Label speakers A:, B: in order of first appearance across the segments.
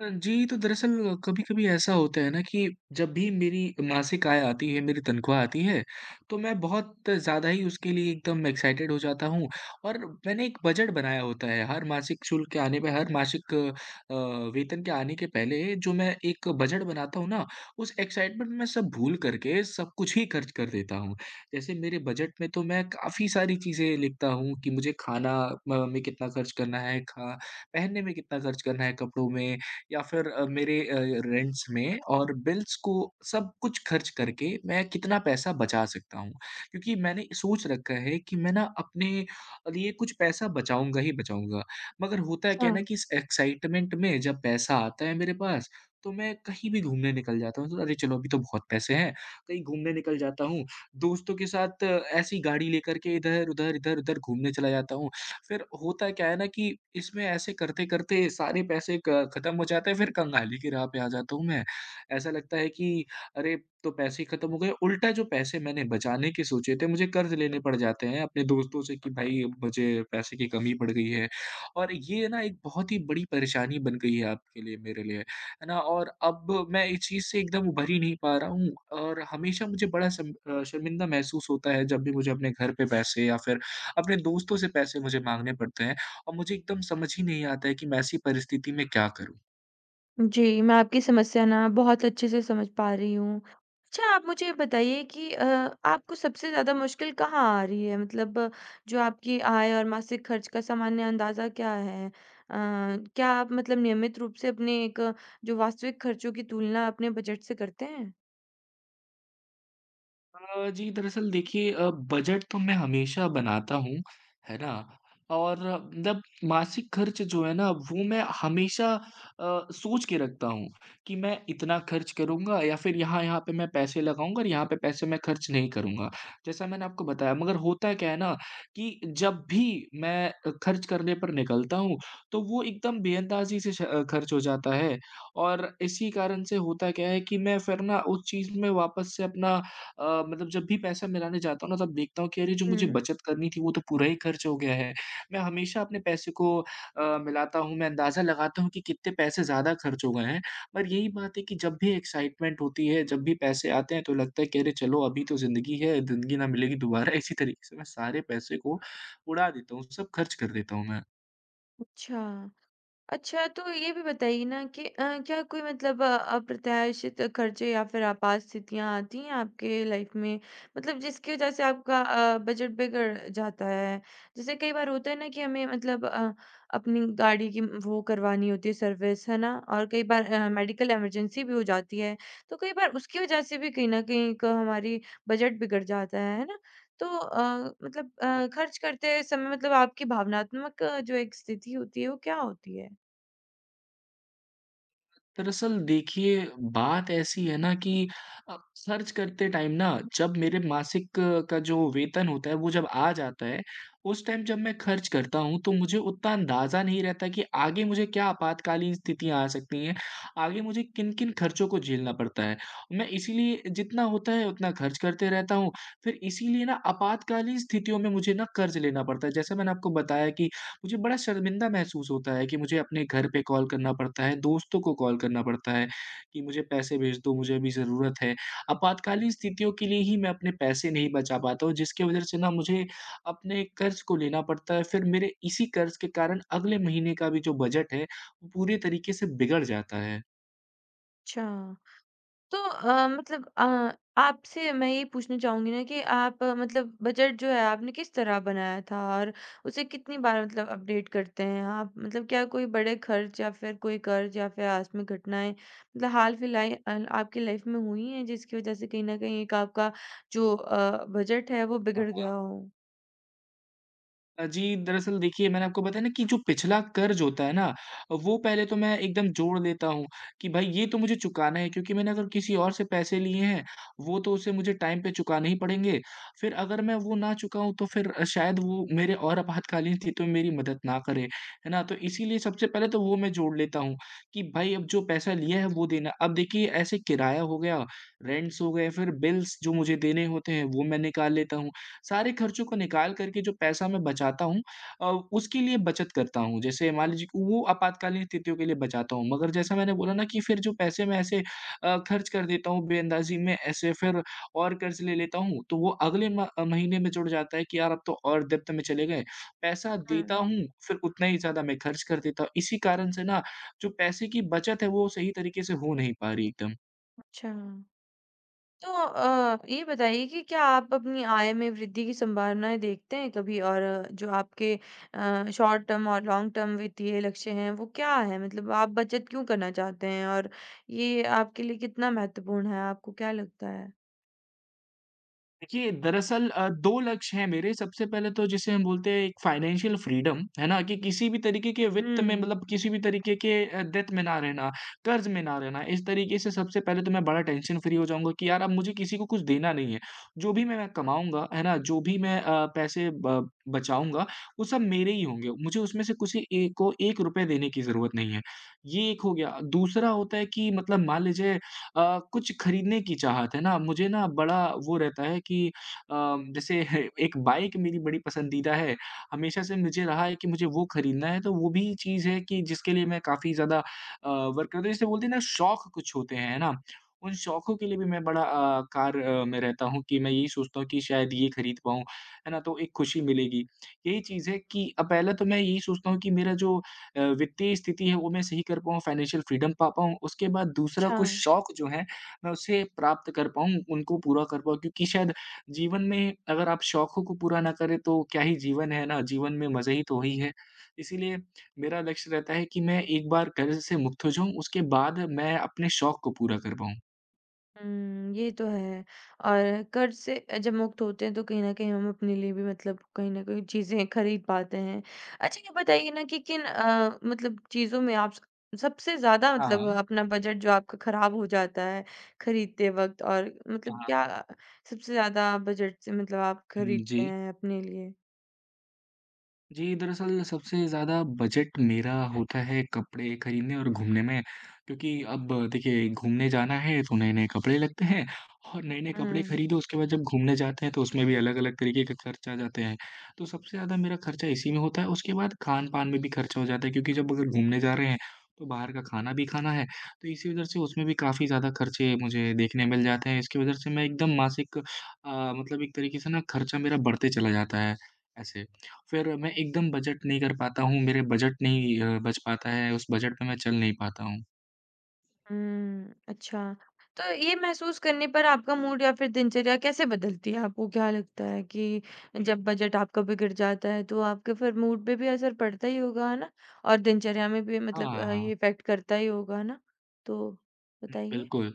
A: जी, तो दरअसल कभी-कभी ऐसा होता है ना कि जब भी मेरी मासिक आय आती है, मेरी तनख्वाह आती है, तो मैं बहुत ज़्यादा ही उसके लिए एकदम एक्साइटेड हो जाता हूँ और मैंने एक बजट बनाया होता है। हर मासिक शुल्क के आने पे, हर मासिक वेतन के आने के पहले जो मैं एक बजट बनाता हूँ ना, उस एक्साइटमेंट में सब भूल करके सब कुछ ही खर्च कर देता हूँ। जैसे मेरे बजट में तो मैं काफ़ी सारी चीज़ें लिखता हूँ कि मुझे खाना म में कितना खर्च करना है, खा पहनने में कितना खर्च करना है कपड़ों में या फिर मेरे रेंट्स में और बिल्स को सब कुछ खर्च करके मैं कितना पैसा बचा सकता हूँ। क्योंकि मैंने सोच रखा है कि मैं ना अपने लिए कुछ पैसा बचाऊँगा ही बचाऊँगा। मगर होता है क्या है
B: हाँ,
A: ना कि इस एक्साइटमेंट में जब पैसा आता है मेरे पास, तो मैं कहीं भी घूमने निकल जाता हूँ। तो अरे चलो अभी तो बहुत पैसे हैं, कहीं घूमने निकल जाता हूँ। दोस्तों के साथ ऐसी गाड़ी लेकर के इधर-उधर, इधर-उधर घूमने चला जाता हूँ। फिर होता क्या है ना कि इसमें ऐसे करते-करते सारे पैसे क खत्म हो जाते हैं, फिर कंगाली की राह पे आ जाता हूँ मैं। ऐसा लगता है कि अरे! तो पैसे ही खत्म हो गए, उल्टा जो पैसे मैंने बचाने के सोचे थे, मुझे कर्ज़ लेने पड़ जाते हैं अपने दोस्तों से कि भाई मुझे पैसे की कमी पड़ गई है। और ये ना एक बहुत ही बड़ी परेशानी बन गई है आपके लिए, मेरे लिए, है ना? और अब मैं इस चीज़ से एकदम उभर ही नहीं पा रहा हूँ और हमेशा मुझे बड़ा शर्मिंदा महसूस होता है जब भी मुझे अपने घर पे पैसे या फिर अपने दोस्तों से पैसे मुझे माँगने पड़ते हैं और मुझे एकदम समझ ही नहीं आता है कि मैं ऐसी परिस्थिति में क्या करूँ?
B: जी, मैं आपकी समस्या ना बहुत अच्छे से समझ पा रही हूँ। अच्छा आप मुझे ये बताइए कि आपको सबसे ज़्यादा मुश्किल कहाँ आ रही है? मतलब जो आपकी आय और मासिक खर्च का सामान्य अंदाज़ा क्या है? क्या आप मतलब नियमित रूप से अपने एक जो वास्तविक खर्चों की तुलना अपने बजट से करते हैं?
A: जी, दरअसल देखिए बजट तो मैं हमेशा बनाता हूँ, है ना? और मतलब मासिक खर्च जो है ना वो मैं हमेशा सोच के रखता हूँ कि मैं इतना खर्च करूँगा या फिर यहाँ-यहाँ पे मैं पैसे लगाऊँगा और यहाँ पे पैसे मैं खर्च नहीं करूँगा। जैसा मैंने आपको बताया मगर होता क्या है ना कि जब भी मैं खर्च करने पर निकलता हूँ तो वो एकदम बेअंदाज़ी से खर्च हो जाता है और इसी कारण से होता क्या है कि मैं फिर ना उस चीज़ में वापस से अपना मतलब जब भी पैसा मिलाने जाता हूँ ना, तब देखता हूँ कि अरे! जो मुझे
B: हुँ,
A: बचत करनी थी, वो तो पूरा ही खर्च हो गया है। मैं हमेशा अपने पैसे को मिलाता हूँ, मैं अंदाज़ा लगाता हूँ कि कितने पैसे ज़्यादा खर्च हो गए हैं। पर यही बात है कि जब भी एक्साइटमेंट होती है, जब भी पैसे आते हैं, तो लगता है कि अरे! चलो अभी तो ज़िंदगी है, ज़िंदगी ना मिलेगी दोबारा। इसी तरीके से मैं सारे पैसे को उड़ा देता हूँ, सब खर्च कर देता हूँ मैं।
B: अच्छा। अच्छा, तो ये भी बताइए ना कि क्या कोई मतलब अप्रत्याशित खर्चे या फिर आपात स्थितियाँ आती हैं आपके लाइफ में? मतलब जिसकी वजह से आपका बजट बिगड़ जाता है। जैसे कई बार होता है ना कि हमें मतलब अपनी गाड़ी की वो करवानी होती है सर्विस, है ना? और कई बार मेडिकल इमरजेंसी भी हो जाती है। तो कई बार उसकी वजह से भी कहीं न कहीं एक हमारी बजट बिगड़ जाता है ना? तो मतलब खर्च करते समय मतलब आपकी भावनात्मक जो एक स्थिति होती है, वो क्या होती है?
A: दरअसल देखिए, बात ऐसी है ना कि अ, खर्च करते टाइम ना जब मेरे मासिक का जो वेतन होता है, वो जब आ जाता है, उस टाइम जब मैं खर्च करता हूँ, तो मुझे उतना अंदाज़ा नहीं रहता कि आगे मुझे क्या आपातकालीन स्थितियाँ आ सकती हैं, आगे मुझे किन-किन खर्चों को झेलना पड़ता है। मैं इसीलिए जितना होता है उतना खर्च करते रहता हूँ, फिर इसीलिए ना आपातकालीन स्थितियों में मुझे ना कर्ज़ लेना पड़ता है। जैसे मैंने आपको बताया कि मुझे बड़ा शर्मिंदा महसूस होता है कि मुझे अपने घर पे कॉल करना पड़ता है, दोस्तों को कॉल करना पड़ता है कि मुझे पैसे भेज दो, मुझे अभी ज़रूरत है। आपातकालीन स्थितियों के लिए ही मैं अपने पैसे नहीं बचा पाता हूँ जिसकी वजह से ना मुझे अपने कर्ज़ को लेना पड़ता है। फिर मेरे इसी कर्ज़ के कारण अगले महीने का भी जो बजट है, वो पूरे तरीके से बिगड़ जाता है।
B: अच्छा, तो मतलब आपसे मैं ये पूछना चाहूँगी ना कि आप मतलब बजट जो है आपने किस तरह बनाया था और उसे कितनी बार मतलब अपडेट करते हैं आप? मतलब क्या कोई बड़े खर्च या फिर कोई कर्ज या फिर आकस्मिक घटनाएँ मतलब हाल फिलहाल आपकी लाइफ में हुई हैं जिसकी वज़ह से कहीं न कहीं एक आपका जो बजट है वो
A: हाँ,
B: बिगड़ गया
A: हाँ।
B: हो?
A: जी, दरअसल देखिए मैंने आपको बताया ना कि जो पिछला कर्ज़ होता है ना, वो पहले तो मैं एकदम जोड़ लेता हूँ कि भाई ये तो मुझे चुकाना है क्योंकि मैंने अगर किसी और से पैसे लिए हैं, वो तो उसे मुझे टाइम पे चुकाने ही पड़ेंगे। फिर अगर मैं वो ना चुकाऊँ तो फिर शायद वो मेरे और आपातकालीन स्थितियों में मेरी मदद ना करे, है ना? तो इसीलिए सबसे पहले तो वो मैं जोड़ लेता हूँ कि भाई अब जो पैसा लिया है वो देना। अब देखिए ऐसे किराया हो गया, रेंट्स हो गए, फिर बिल्स जो मुझे देने होते हैं वो मैं निकाल लेता हूँ। सारे खर्चों को निकाल करके जो पैसा मैं बचाता हूँ अ, उसके लिए बचत करता हूँ। जैसे मान लीजिए कि वो आपातकालीन स्थितियों के लिए बचाता हूँ, मगर जैसा मैंने बोला ना कि फिर जो पैसे मैं ऐसे खर्च कर देता हूँ बेअंदाज़ी में ऐसे फिर और कर्ज़ ले लेता हूँ, तो वो अगले महीने में जुड़ जाता है कि यार अब तो और डेब्ट में चले गए। पैसा देता
B: हुँ।
A: हूँ, फिर उतना ही ज़्यादा मैं खर्च कर देता हूँ। इसी कारण से ना जो पैसे की बचत है वो सही तरीके से हो नहीं पा रही एकदम।
B: अच्छा। तो ये बताइए कि क्या आप अपनी आय में वृद्धि की संभावनाएँ देखते हैं कभी? और जो आपके शॉर्ट टर्म और लॉन्ग टर्म वित्तीय लक्ष्य हैं, वो क्या हैं? मतलब आप बचत क्यों करना चाहते हैं? और ये आपके लिए कितना महत्वपूर्ण है? आपको क्या लगता है?
A: देखिए, दरअसल 2 लक्ष्य हैं मेरे। सबसे पहले तो जिसे हम बोलते हैं एक फाइनेंशियल फ्रीडम, है ना? कि किसी भी तरीके के वित्त में
B: हुँ,
A: मतलब किसी भी तरीके के डेट में ना रहना, कर्ज़ में ना रहना। इस तरीके से सबसे पहले तो मैं बड़ा टेंशन फ्री हो जाऊँगा कि यार अब मुझे किसी को कुछ देना नहीं है। जो भी मैं कमाऊँगा, है ना? जो भी मैं पैसे ब बचाऊँगा, वो सब मेरे ही होंगे। मुझे उसमें से किसी एक को ₹1 देने की ज़रूरत नहीं है। ये एक हो गया। दूसरा होता है कि मतलब मान लीजिए कुछ खरीदने की चाहत है ना, मुझे ना बड़ा वो रहता है कि अ, जैसे एक बाइक मेरी बड़ी पसंदीदा है, हमेशा से मुझे रहा है कि मुझे वो खरीदना है, तो वो भी चीज़ है कि जिसके लिए मैं काफ़ी ज़्यादा वर्क करता हूँ। जैसे बोलते हैं ना शौक कुछ होते हैं, है ना? उन शौकों के लिए भी मैं बड़ा कार्य में रहता हूँ कि मैं यही सोचता हूँ कि शायद ये खरीद पाऊँ, है ना? तो एक खुशी मिलेगी। यही चीज़ है कि पहले तो मैं यही सोचता हूँ कि मेरा जो वित्तीय स्थिति है वो मैं सही कर पाऊँ, फाइनेंशियल फ्रीडम पा पाऊँ, उसके बाद दूसरा
B: अच्छा।
A: कुछ शौक जो है मैं उसे प्राप्त कर पाऊँ, उनको पूरा कर पाऊँ क्योंकि शायद जीवन में अगर आप शौकों को पूरा ना करें तो क्या ही जीवन है ना, जीवन में मज़े ही तो वही है। इसीलिए मेरा लक्ष्य रहता है कि मैं एक बार कर्ज़ से मुक्त हो जाऊँ, उसके बाद मैं अपने शौक को पूरा कर पाऊँ।
B: हुँ, ये तो है और कर्ज़ से जब मुक्त होते हैं तो कहीं न कहीं हम अपने लिए भी मतलब कहीं न कहीं चीज़ें खरीद पाते हैं। अच्छा ये बताइए ना कि किन मतलब चीज़ों में आप सबसे ज़्यादा
A: हाँ,
B: मतलब
A: हाँ।
B: अपना बजट जो आपका ख़राब हो जाता है खरीदते वक़्त और मतलब
A: हाँ, हाँ।
B: क्या सबसे ज़्यादा बजट से मतलब आप
A: हुँ,
B: खरीदते
A: जी।
B: हैं अपने लिए?
A: जी, दरअसल सबसे ज़्यादा बजट मेरा होता है कपड़े खरीदने और घूमने में, क्योंकि अब देखिए घूमने जाना है तो नए-नए कपड़े लगते हैं और नए-नए कपड़े
B: हुँ।
A: खरीदो उसके बाद जब घूमने जाते हैं तो उसमें भी अलग-अलग तरीके के खर्च आ जाते हैं। तो सबसे ज़्यादा मेरा खर्चा इसी में होता है, उसके बाद खान-पान में भी खर्चा हो जाता है क्योंकि जब अगर घूमने जा रहे हैं तो बाहर का खाना भी खाना है, तो इसी वजह से उसमें भी काफ़ी ज़्यादा खर्चे मुझे देखने मिल जाते हैं। इसकी वजह से मैं एकदम मासिक मतलब एक तरीके से ना खर्चा मेरा बढ़ते चला जाता है, ऐसे। फिर मैं एकदम बजट नहीं कर पाता हूँ, मेरे बजट नहीं बच पाता है, उस बजट पे मैं चल नहीं पाता हूँ।
B: हुँ, अच्छा। तो ये महसूस करने पर आपका मूड या फिर दिनचर्या कैसे बदलती है? आपको क्या लगता है कि जब बजट आपका बिगड़ जाता है, तो आपके फिर मूड पे भी असर पड़ता ही होगा, है ना? और दिनचर्या में भी मतलब
A: हाँ, हाँ,
B: ये इफ़ेक्ट करता ही होगा, है ना? तो बताइए।
A: बिल्कुल।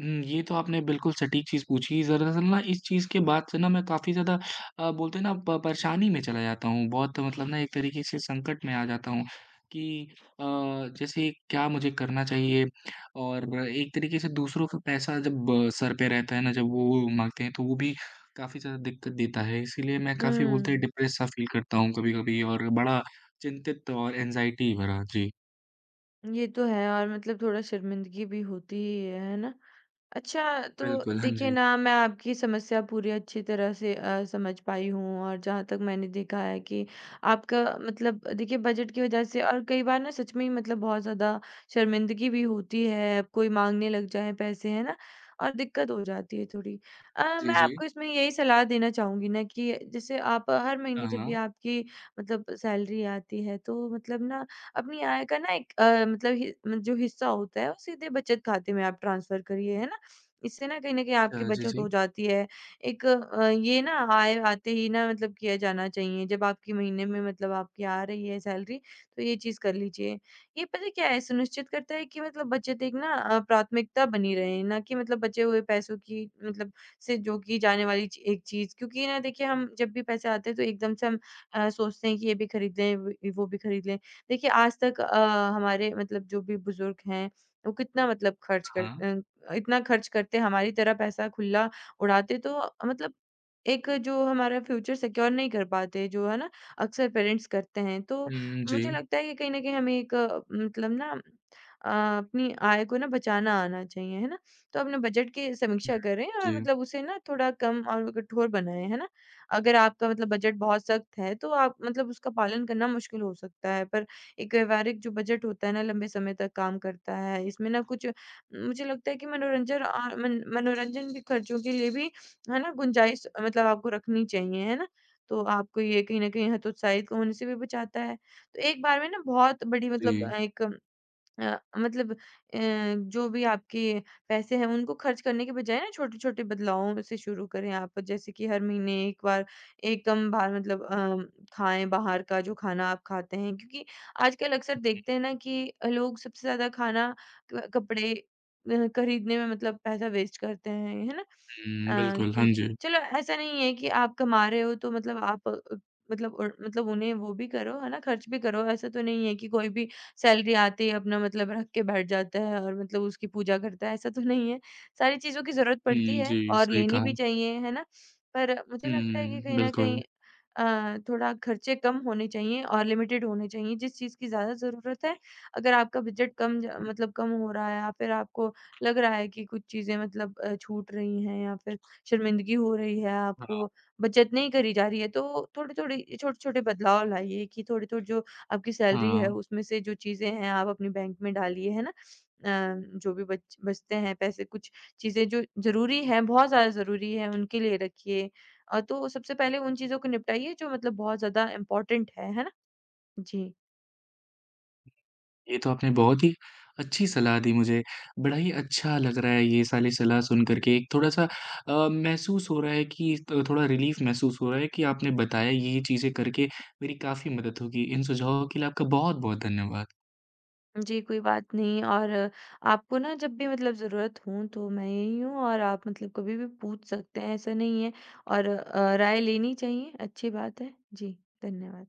A: हुँ, ये तो आपने बिल्कुल सटीक चीज़ पूछी। दरअसल ना इस चीज़ के बाद से ना मैं काफ़ी ज़्यादा बोलते हैं ना प परेशानी में चला जाता हूँ। बहुत मतलब ना एक तरीके से संकट में आ जाता हूँ कि अ, जैसे क्या मुझे करना चाहिए? और एक तरीके से दूसरों का पैसा जब सर पे रहता है ना, जब वो माँगते हैं तो वो भी काफ़ी ज़्यादा दिक्कत देता है। इसीलिए मैं काफ़ी बोलते हैं
B: हुँ,
A: डिप्रेस सा फ़ील करता हूँ कभी-कभी और बड़ा चिंतित और एंग्ज़ायटी भरा। जी,
B: ये तो है और मतलब थोड़ा शर्मिंदगी भी होती ही है ना? अच्छा, तो
A: बिल्कुल। हाँ
B: देखिए
A: जी।
B: ना, मैं आपकी समस्या पूरी अच्छी तरह से समझ पाई हूँ और जहाँ तक मैंने देखा है कि आपका मतलब देखिए बजट की वजह से और कई बार ना सच में ही मतलब बहुत ज़्यादा शर्मिंदगी भी होती है, कोई माँगने लग जाए पैसे, है ना? और दिक्कत हो जाती है थोड़ी।
A: जी,
B: मैं
A: जी।
B: आपको इसमें यही सलाह देना चाहूँगी ना कि जैसे आप हर
A: हाँ,
B: महीने जब भी
A: हाँ।
B: आपकी मतलब सैलरी आती है, तो मतलब ना अपनी आय का ना एक मतलब हि जो हिस्सा होता है, वो सीधे बचत खाते में आप ट्रांसफ़र करिए, है ना? इससे ना कहीं न कहीं आपकी
A: अच्छा, जी,
B: बचत हो
A: जी।
B: जाती है। एक ये ना आय आते ही ना मतलब किया जाना चाहिए। जब आपकी महीने में मतलब आपकी आ रही है सैलरी तो ये चीज़ कर लीजिए। ये पता है क्या है सुनिश्चित करता है कि मतलब बचत एक ना प्राथमिकता बनी रहे, ना कि मतलब बचे हुए पैसों की मतलब से जो कि जाने वाली च एक चीज़ क्योंकि ना देखिए हम जब भी पैसे आते हैं तो एकदम से हम सोचते हैं कि ये भी खरीद लें, व वो भी खरीद लें। देखिए आज तक हमारे मतलब जो भी बुज़ुर्ग हैं, वो कितना मतलब खर्च
A: हाँ।
B: इतना खर्च करते, हमारी तरह पैसा खुला उड़ाते तो मतलब एक जो हमारा फ्यूचर सिक्योर नहीं कर पाते, जो है ना अक्सर पेरेंट्स करते हैं। तो
A: हुँ,
B: मुझे
A: जी।
B: लगता है कि कहीं न कहीं हमें एक मतलब ना अपनी आय को ना बचाना आना चाहिए, है ना? तो अपने बजट की
A: हुँ,
B: समीक्षा करें और
A: जी,
B: मतलब उसे ना थोड़ा कम और कठोर बनाएँ, है ना? अगर आपका मतलब बजट बहुत सख्त है, तो आप मतलब उसका पालन करना मुश्किल हो सकता है, पर एक व्यवहारिक जो बजट होता है ना, लंबे समय तक काम करता है। इसमें ना कुछ मुझे लगता है कि मनोरंजन अ, मन मनोरंजन के खर्चों के लिए भी, है ना, गुंजाइश मतलब आपको रखनी चाहिए, है ना? तो आपको ये कहीं न कहीं हतोत्साहित होने से भी बचाता है। तो एक बार में ना बहुत बड़ी मतलब
A: जी।
B: एक अ, मतलब अ, जो भी आपके पैसे हैं उनको खर्च करने के बजाय ना छोटे-छोटे बदलावों से शुरू करें आप। जैसे कि हर महीने एक बार एकदम बाहर मतलब खाएँ बाहर का जो खाना आप खाते हैं। क्योंकि आजकल अक्सर देखते हैं ना कि लोग सबसे ज़्यादा खाना क कपड़े खरीदने में मतलब पैसा वेस्ट करते हैं, है ना?
A: हुँ, बिल्कुल, हाँ
B: कि
A: जी।
B: चलो ऐसा नहीं है कि आप कमा रहे हो तो मतलब आप मतलब उन्हें वो भी करो है ना, खर्च भी करो। ऐसा तो नहीं है कि कोई भी सैलरी आते ही अपना मतलब रख के बैठ जाता है और मतलब उसकी पूजा करता है, ऐसा तो नहीं है। सारी चीज़ों की ज़रूरत पड़ती
A: हुँ,
B: है
A: जी,
B: और
A: सही
B: लेनी
A: कहा।
B: भी चाहिए, है ना? पर मुझे लगता है कि
A: हुँ,
B: कहीं न
A: बिल्कुल।
B: कहीं थोड़ा खर्चे कम होने चाहिए और लिमिटेड होने चाहिए, जिस चीज़ की ज़्यादा ज़रूरत है। अगर आपका बजट कम ज मतलब कम हो रहा है या फिर आपको लग रहा है कि कुछ चीज़ें मतलब छूट रही हैं या फिर शर्मिंदगी हो रही है,
A: हाँ,
B: आपको बचत नहीं करी जा रही है, तो थोड़े-थोड़े छोटे-छोटे बदलाव लाइए कि थोड़े-थोड़े जो आपकी सैलरी है
A: हाँ।
B: उसमें से जो चीज़ें हैं आप अपने बैंक में डालिए, है ना? जो भी बच बचते हैं पैसे कुछ चीज़ें जो ज़रूरी हैं, बहुत ज़्यादा ज़रूरी हैं, उनके लिए रखिए। तो सबसे पहले उन चीज़ों को निपटाइए जो मतलब बहुत ज़्यादा इम्पोर्टेंट है ना? जी।
A: ये तो आपने बहुत ही अच्छी सलाह दी मुझे। बड़ा ही अच्छा लग रहा है ये सारी सलाह सुन कर के। एक थोड़ा-सा महसूस हो रहा है कि त थोड़ा रिलीफ़ महसूस हो रहा है कि आपने बताया ये-ये चीज़ें करके मेरी काफ़ी मदद होगी। इन सुझावों के लिए आपका बहुत-बहुत धन्यवाद।
B: जी, कोई बात नहीं और आपको ना जब भी मतलब ज़रूरत हो तो मैं यहीं हूँ और आप मतलब कभी भी पूछ सकते हैं, ऐसा नहीं है और राय लेनी चाहिए, अच्छी बात है। जी, धन्यवाद।